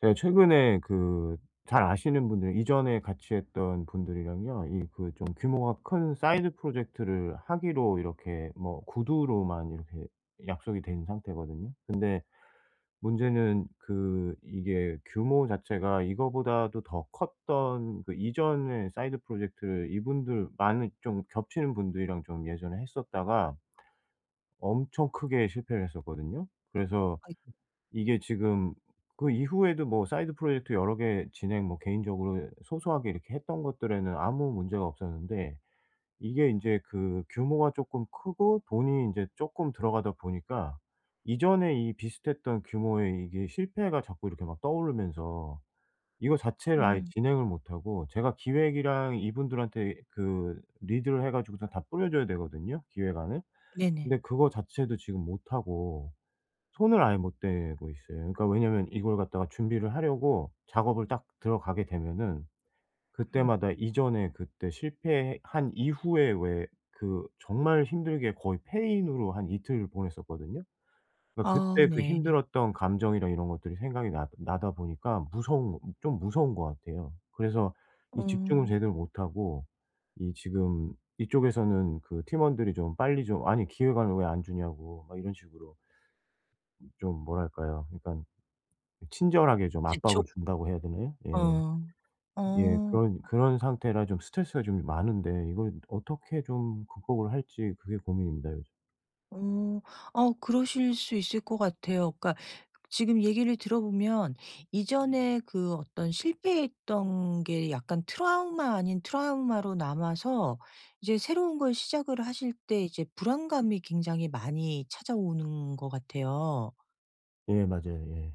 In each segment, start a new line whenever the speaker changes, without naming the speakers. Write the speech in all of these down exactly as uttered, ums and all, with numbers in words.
제가 최근에 그 잘 아시는 분들, 이전에 같이 했던 분들이랑요. 이 그 좀 규모가 큰 사이드 프로젝트를 하기로 이렇게 뭐 구두로만 이렇게 약속이 된 상태거든요. 근데 문제는 그 이게 규모 자체가 이거보다도 더 컸던 그 이전의 사이드 프로젝트를 이분들 많은 좀 겹치는 분들이랑 좀 예전에 했었다가 엄청 크게 실패를 했었거든요. 그래서 이게 지금 그 이후에도 뭐 사이드 프로젝트 여러 개 진행, 뭐 개인적으로 소소하게 이렇게 했던 것들에는 아무 문제가 없었는데, 이게 인제 그 규모가 쪼끔 크고 돈이 인제 쪼끔 들어가다 보니까 이전에 이 비슷했던 규모의 이게 실패가 자꾸 이렇게 막 떠오르면서 이거 자체를 아예
음.
진행을 못 하고, 제가 기획이랑 이분들한테 그 리드를 해 가지고서 다 뿌려줘야 되거든요, 기획안을.
네네.
근데 그거 자체도 지금 못 하고 손을 아예 못 대고 있어요. 그러니까 왜냐면 이걸 갖다가 준비를 하려고 작업을 딱 들어가게 되면은,
음.
그때마다 이전에 그때 실패한 이후에 왜 그 정말 힘들게 거의 폐인으로 한 이틀을 보냈었거든요. 그러니까
아
그때 그
네.
힘들었던 감정이나 이런 것들이 생각이 나 나다 보니까 무서운 거, 좀 무서운 것 같아요. 그래서 이
어.
집중을 제대로 못 하고, 이 지금 이쪽에서는 그 팀원들이 좀 빨리 좀 "아니 기획안을 왜 안 주냐."고 막 이런 식으로 좀, 뭐랄까요? 그러니까 친절하게 좀 압박을
재촉
준다고 해야 되나요? 예.
어.
예.
어.
그런 그런 상태라 좀 스트레스가 좀 많은데 이걸 어떻게 좀 극복을 할지, 그게 고민입니다, 요즘.
어. 어 그러실 수 있을 것 같아요. 그러니까 지금 얘기를 들어보면 이전에 그 어떤 실패했던 게 약간 트라우마 아닌 트라우마로 남아서 이제 새로운 걸 시작을 하실 때 이제 불안감이 굉장히 많이 찾아오는 것 같아요.
예, 맞아요. 예.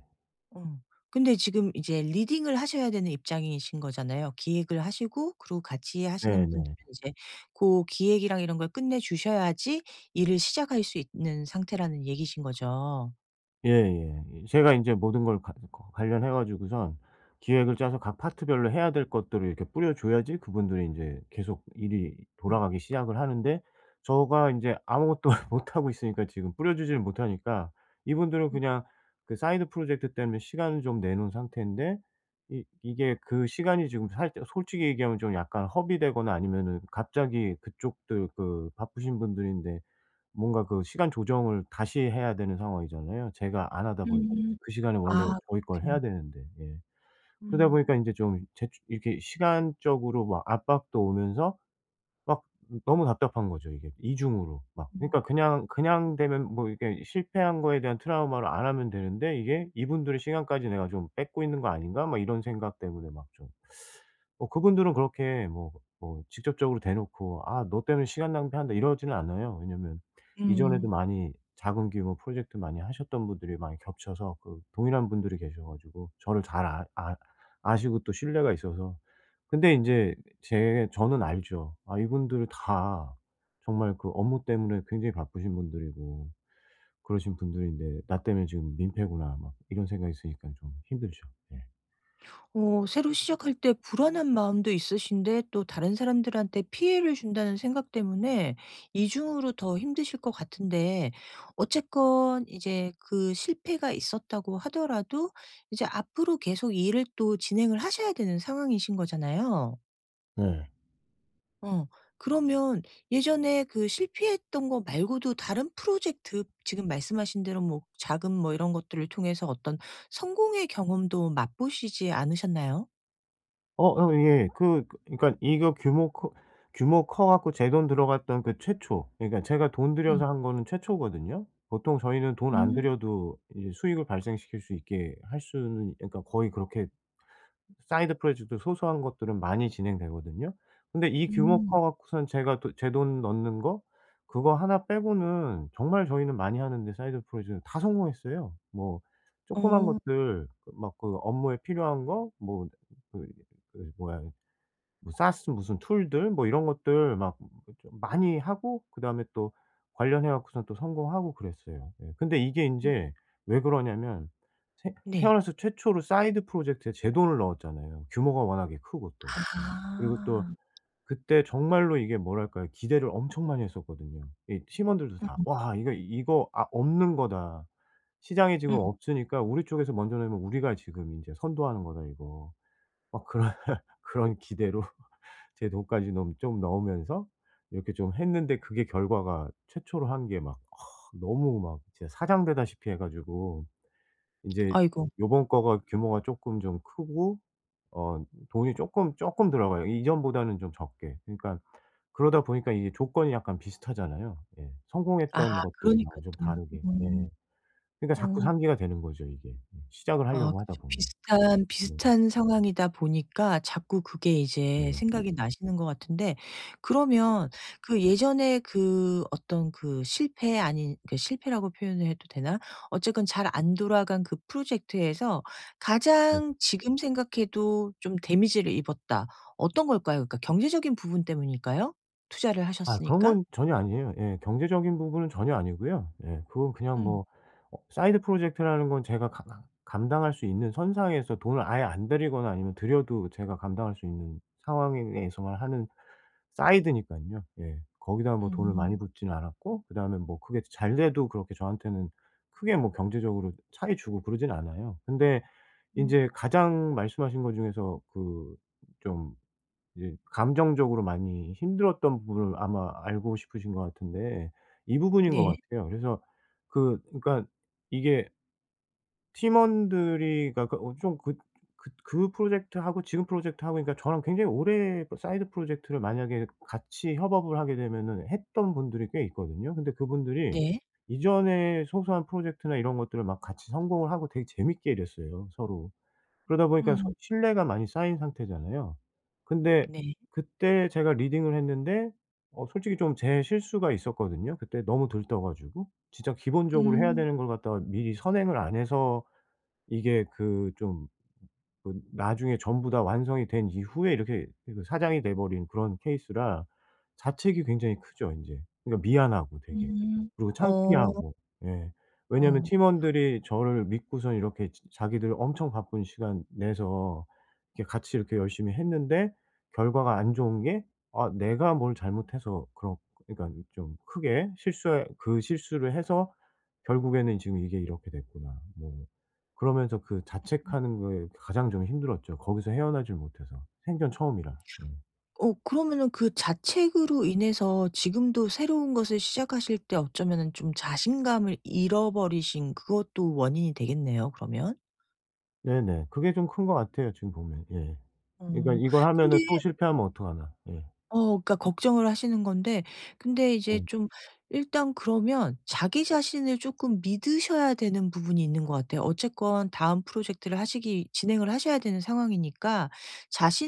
어. 근데 지금 이제 리딩을 하셔야 되는 입장이신 거잖아요. 기획을 하시고 그리고 같이 하시는 분들은
네네.
이제 그 기획이랑 이런 걸 끝내 주셔야지 일을 시작할 수 있는 상태라는 얘기신 거죠.
예예. 이 제가 인제 모든 걸 가 거 관련해 가지고선 기획을 짜서 각 파트별로 해야 될 것들을 이렇게 뿌려 줘야지 그분들이 인제 계속 일이
음.
돌아가기 시작을 하는데, 저가 인제 아무것도 못하고 있으니까, 지금 뿌려 주지를 못하니까 이분들은 그냥 그 사이드 프로젝트 때문에 시간을 좀 내 놓은 상태인데, 이 이게 그 시간이 지금 살짝, 솔직히 얘기하면 좀 약간 허비되거나 아니면은 갑자기 그쪽들 그 바쁘신 분들인데 뭔가 그 시간 조정을 다시 해야 되는 상황이잖아요. 제가 안 하다 보니까.
음.
그 시간에 원래
아
저희 걸 해야
그렇군요.
되는데. 예. 그러다
음.
보니까 인제 좀 제 이렇게 시간적으로 막 압박도 오면서, 막 너무 답답한 거죠 이게, 이중으로 막.
음.
그러니까 그냥, 그냥 되면 뭐 이게 실패한 거에 대한 트라우마를 안 하면 되는데, 이게 '이분들의 시간까지 내가 좀 뺏고 있는 거 아닌가?' 막 이런 생각 때문에 막 좀, 뭐 그분들은 그렇게 뭐 뭐 직접적으로 대놓고 "아 너 때문에 시간 낭비한다." 이러지는 않아요. 왜냐면 이전에도
음.
많이 작은 규모 프로젝트 많이 하셨던 분들이 많이 겹쳐서 그 동일한 분들이 계셔 가지고 저를 잘 아 아 아시고 또 신뢰가 있어서. 근데 인제 제 저는 알죠. 아 이분들 다 정말 그 업무 때문에 굉장히 바쁘신 분들이고 그러신 분들인데 '나 때문에 지금 민폐구나.' 막 이런 생각이 있으니까 좀 힘들죠. 예.
어 새로 시작할 때 불안한 마음도 있으신데 또 다른 사람들한테 피해를 준다는 생각 때문에 이중으로 더 힘드실 것 같은데 어쨌건 이제 그 실패가 있었다고 하더라도 이제 앞으로 계속 일을 또 진행을 하셔야 되는 상황이신 거잖아요.
네.
어. 그러면 예전에 그 실패했던 거 말고도 다른 프로젝트 지금 말씀하신 대로 뭐 자금 뭐 이런 것들을 통해서 어떤 성공의 경험도 맛보시지 않으셨나요?
어 어 예. 그 그 그러니까 이거 규모 커 규모 커 갖고 제 돈 들어갔던 그 최초, 그러니까 제가 돈
음.
들여서 한 거는 최초거든요. 보통 저희는 돈 안
음.
들여도 이제 수익을 발생시킬 수 있게 할 수는, 그러니까 거의 그렇게 사이드 프로젝트 소소한 것들은 많이 진행되거든요. 근데 이 규모
음.
커 갖고선 제가 또 제 돈 넣는 거, 그거 하나 빼고는 정말 저희는 많이 하는데 사이드 프로젝트는 다 성공했어요. 뭐 조그만
어.
것들, 그 막 그 업무에 필요한 거, 뭐 그 그 뭐야, 뭐 사스 무슨 툴들, 뭐 이런 것들 막 좀 많이 하고 그다음에 또 관련해 갖고선 또 성공하고 그랬어요. 예. 근데 이게 인제 왜 그러냐면, 태
네.
태어나서 최초로 사이드 프로젝트에 제 돈을 넣었잖아요. 규모가 워낙에 크고 또. 예. 그리고 또
아.
그때 정말로 이게, 뭐랄까요. 기대를 엄청 많이 했었거든요. 이 팀원들도
음.
다. "와 이거 이거 아 없는 거다. 시장에 지금
음.
없으니까 우리 쪽에서 먼저 내면 우리가 지금 인제 선도하는 거다 이거." 막 그런 그런 기대로 제 돈까지 좀 좀 넣으면서 이렇게 좀 했는데, 그게 결과가 최초로 한 게막 아 너무 막 진짜 사장되다시피 해 가지고 이제,
아이고.
요번 거가 규모가 조금 좀 크고 어 돈이 조금 조금 들어가요, 이전보다는 좀 적게. 그러니까 그러다 보니까 이게 조건이 약간 비슷하잖아요. 예.
아
성공했던 것들이랑
그러니까
좀
또.
다르게.
어.
예. 그러니까 자꾸
어.
상기가 되는 거죠 이게. 음 시작을
아
하려고 하다
그죠.
보면.
비슷한,
네.
비슷한 상황이다 보니까 자꾸 그게 이제
네.
생각이 나시는 것 같은데 그러면 그 예전에 그 어떤 그 실패 아닌 그 실패라고 표현을 해도 되나? 어쨌건 잘 안 돌아간 그 프로젝트에서
네.
가장 지금 생각해도 좀 데미지를 입었다. 어떤 걸까요? 그러니까 경제적인 부분 때문일까요? 투자를
아 그런
하셨으니까?
건 전혀 아니에요. 예. 경제적인 부분은 전혀 아니고요. 예. 그건 그냥
음.
뭐 어 사이드 프로젝트라는 건 제가 가 감당할 수 있는 선상에서 돈을 아예 안 드리거나 아니면 드려도 제가 감당할 수 있는 상황에서만 하는 사이드니까요. 예. 거기다 뭐 돈을 많이
음.
붓지는 않았고 그다음에 뭐 그게 잘 돼도 그렇게 저한테는 크게 뭐 경제적으로 차이 주고 그러진 않아요. 근데 이
음.
제 가장 말씀하신 것 중에서 그좀 이제 감정적으로 많이 힘들었던 부분을 아마 알고 싶으신 것 같은데, 이 부분인 것
네.
같아요. 그래서 그 그러니까 이게 팀원들이, 그러니까 그 어 좀 그 그 그 프로젝트하고 지금 프로젝트하고, 그러니까 저랑 굉장히 오래 사이드 프로젝트를 만약에 같이 협업을 하게 되면은 했던 분들이 꽤 있거든요. 근데 그분들이
네.
이전에 소소한 프로젝트나 이런 것들을 막 같이 성공을 하고 되게 재밌게 일했어요, 서로. 그러다 보니까 서
음.
신뢰가 많이 쌓인 상태잖아요. 근데
네.
그때 제가 리딩을 했는데 어 솔직히 좀 제 실수가 있었거든요. 그때 너무 들떠 가지고. 진짜 기본적으로 해야
음.
되는 걸 갖다가 미리 선행을 안 해서 이게 그좀 그 나중에 전부 다 완성이 된 이후에 이렇게 그 사장이 돼 버린 그런 케이스라 자책이 굉장히 크죠 인제. 그러니까 미안하고 되게.
음.
그리고
어.
창피하고. 예. 왜냐하면
어.
팀원들이 저를 믿고선 이렇게 지 자기들 엄청 바쁜 시간 내서 이렇게 같이 이렇게 열심히 했는데 결과가 안 좋은 게, 아 내가 뭘 잘못해서 그런, 그러니까 좀 크게 실수해 그 실수를 해서 결국에는 지금 이게 이렇게 됐구나. 뭐 그러면서 그 자책하는 거에 가장 좀 힘들었죠. 거기서 헤어나질 못해서. 생전 처음이라. 예.
어 그러면은 그 자책으로 인해서 지금도 새로운 것을 시작하실 때 어쩌면은 좀 자신감을 잃어버리신 그것도 원인이 되겠네요, 그러면.
네네. 그게 좀 큰 것 같아요 지금 보면. 예. 그러니까
어.
이걸
근데
하면은 또 실패하면 어떡하나. 예.
어 그러니까 걱정을 하시는 건데 근데 이제
예.
좀 일단 그러면 자기 자신을 쪼끔 믿으셔야 되는 부분이 있는 것 같아요. 어쨌건 다음 프로젝트를 하시기 진행을 하셔야 되는 상황이니까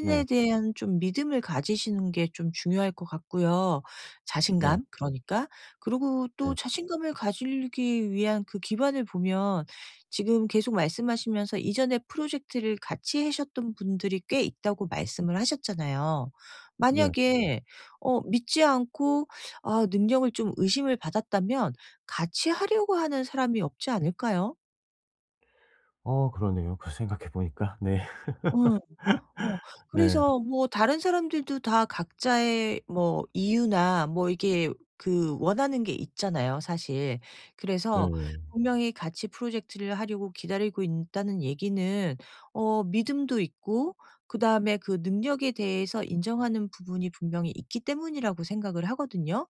네.
대한 좀 믿음을 가지시는 게 좀 중요할 것 같고요.
네.
자신감 그러니까. 그리고 또
네.
자신감을 가지기 위한 그 기반을 보면 지금 계속 말씀하시면서 이전에 프로젝트를 같이 하셨던 분들이 꽤 있다고 말씀을 하셨잖아요.
네.
만약에 어 믿지 않고 아 능력을 좀 의심을 받았다면 같이 하려고 하는 사람이 없지 않을까요?
어 그러네요. 그 생각해 보니까. 네.
예. 어
네.
그래서 뭐 다른 사람들도 다 각자의 뭐 이유나 뭐 이게 그 원하는 게 있잖아요, 사실. 그래서
네.
분명히 같이 프로젝트를 하려고 기다리고 있다는 얘기는 어 믿음도 있고 그다음에 그 능력에 대해서 인정하는 부분이 분명히 있기 때문이라고 생각을 하거든요.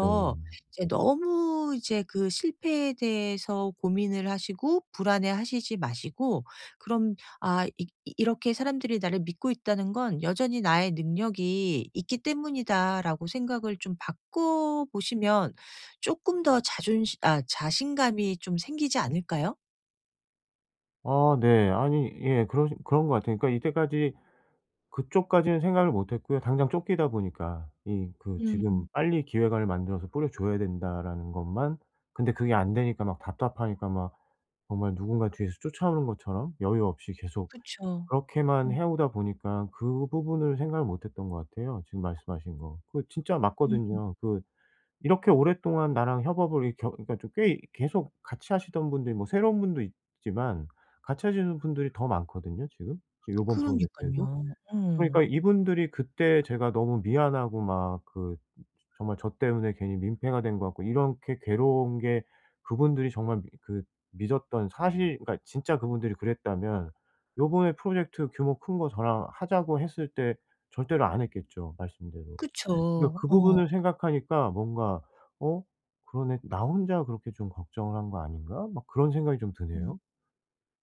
네.
이제 너무 이제 그 실패에 대해서 고민을 하시고 불안해하시지 마시고 그런 '아 이 이- 이렇게 사람들이 나를 믿고 있다는 건 여전히 나의 능력이 있기 때문이다.'라고 생각을 좀 바꿔 보시면 조금 더 자존심 아 자신감이 좀 생기지 않을까요?
아 네. 아니 예 그러 그런 것 같아요. 그러니까 이때까지 그쪽까지는 생각을 못 했고요. 당장 쫓기다 보니까 이 그
음.
지금 '빨리 기획안을 만들어서 뿌려 줘야 된다.'라는 것만. 근데 그게 안 되니까 막 답답하니까 막 정말 누군가 뒤에서 쫓아오는 것처럼 여유 없이 계속
그쵸.
그렇게만
음
해오다 보니까 그 부분을 생각을 못 했던 것 같아요, 지금 말씀하신 거. 그 진짜 맞거든요. 그 이렇게 오랫동안 나랑 협업을 이 겨 그러니까 좀 꽤 계속 같이 하시던 분들이 뭐 새로운 분도 있지만 같이 하시는 분들이 더 많거든요, 지금. 지금
그
요번
러니까요
프로젝트에도. 그러니까
음,
이분들이 그때 제가 너무 미안하고 막 그 정말 저 때문에 괜히 민폐가 된 것 같고 이렇게 괴로운 게, 그분들이 정말 미 그 믿었던 사실, 그러니까 진짜 그분들이 그랬다면 요번에 프로젝트 규모 큰 거 저랑 하자고 했을 때 절대로 안 했겠죠, 말씀대로. 그러니까
그쵸.
그
어.
부분을 생각하니까 뭔가, '어 그러네. 나 혼자 그렇게 좀 걱정을 한 거 아닌가?' 막 그런 생각이 좀 드네요.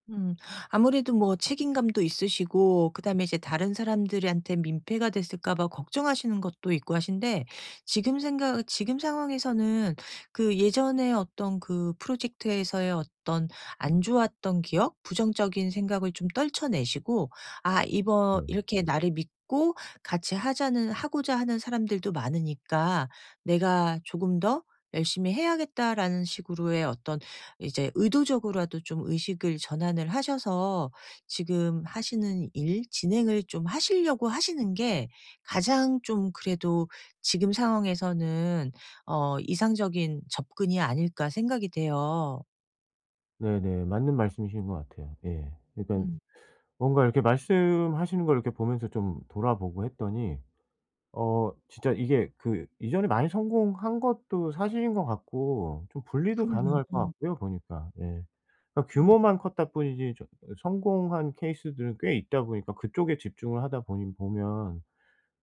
음. 아무래도 뭐 책임감도 있으시고 그다음에 이제 다른 사람들한테 민폐가 됐을까 봐 걱정하시는 것도 있고 하신데 지금 생각 지금 상황에서는 그 예전에 어떤 그 프로젝트에서의 어떤 안 좋았던 기억, 부정적인 생각을 좀 떨쳐내시고 '아 이번
네.
이렇게 나를 믿고 같이 하자는 하고자 하는 사람들도 많으니까 내가 조금 더 열심히 해야겠다.'라는 식으로의 어떤 이제 의도적으로라도 좀 의식을 전환을 하셔서 지금 하시는 일 진행을 좀 하시려고 하시는 게 가장 좀 그래도 지금 상황에서는 어 이상적인 접근이 아닐까 생각이 돼요.
네네. 맞는 말씀이신 것 같아요. 예. 그러니까
음.
뭔가 이렇게 말씀하시는 걸 이렇게 보면서 좀 돌아보고 했더니 어 진짜 이게 그 이전에 많이 성공한 것도 사실인 것 같고 좀 분리도
그럼요.
가능할 것 같고요 보니까. 예. 그러니까
음.
규모만 컸다 뿐이지 저 성공한 케이스들은 꽤 있다 보니까 그쪽에 집중을 하다 보니 보면,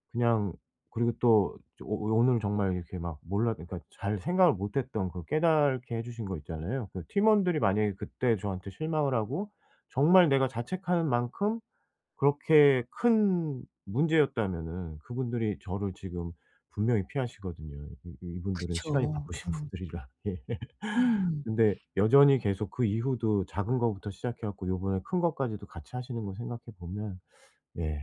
그냥, 그리고 또 오 오늘 정말 이렇게 막 몰라, 그러니까 잘 생각을 못 했던 그 깨닫게 해 주신 거 있잖아요. 그 팀원들이 만약에 그때 저한테 실망을 하고 정말 내가 자책하는 만큼 그렇게 큰 문제였다면은 그분들이 저를 지금 분명히 피하시거든요. 이 이 이분들은 시간이
그쵸.
바쁘신
음.
분들이라. 예.
음.
근데 여전히 계속 그 이후도 작은 거부터 시작해 갖고 요번에 큰 것까지도 같이 하시는 거 생각해 보면, 예.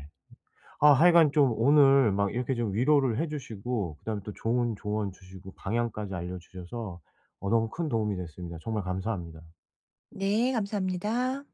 아 하여간 좀 오늘 막 이렇게 좀 위로를 해 주시고 그다음에 또 좋은 조언 주시고 방향까지 알려 주셔서 어 너무 큰 도움이 됐습니다. 정말 감사합니다.
네 감사합니다.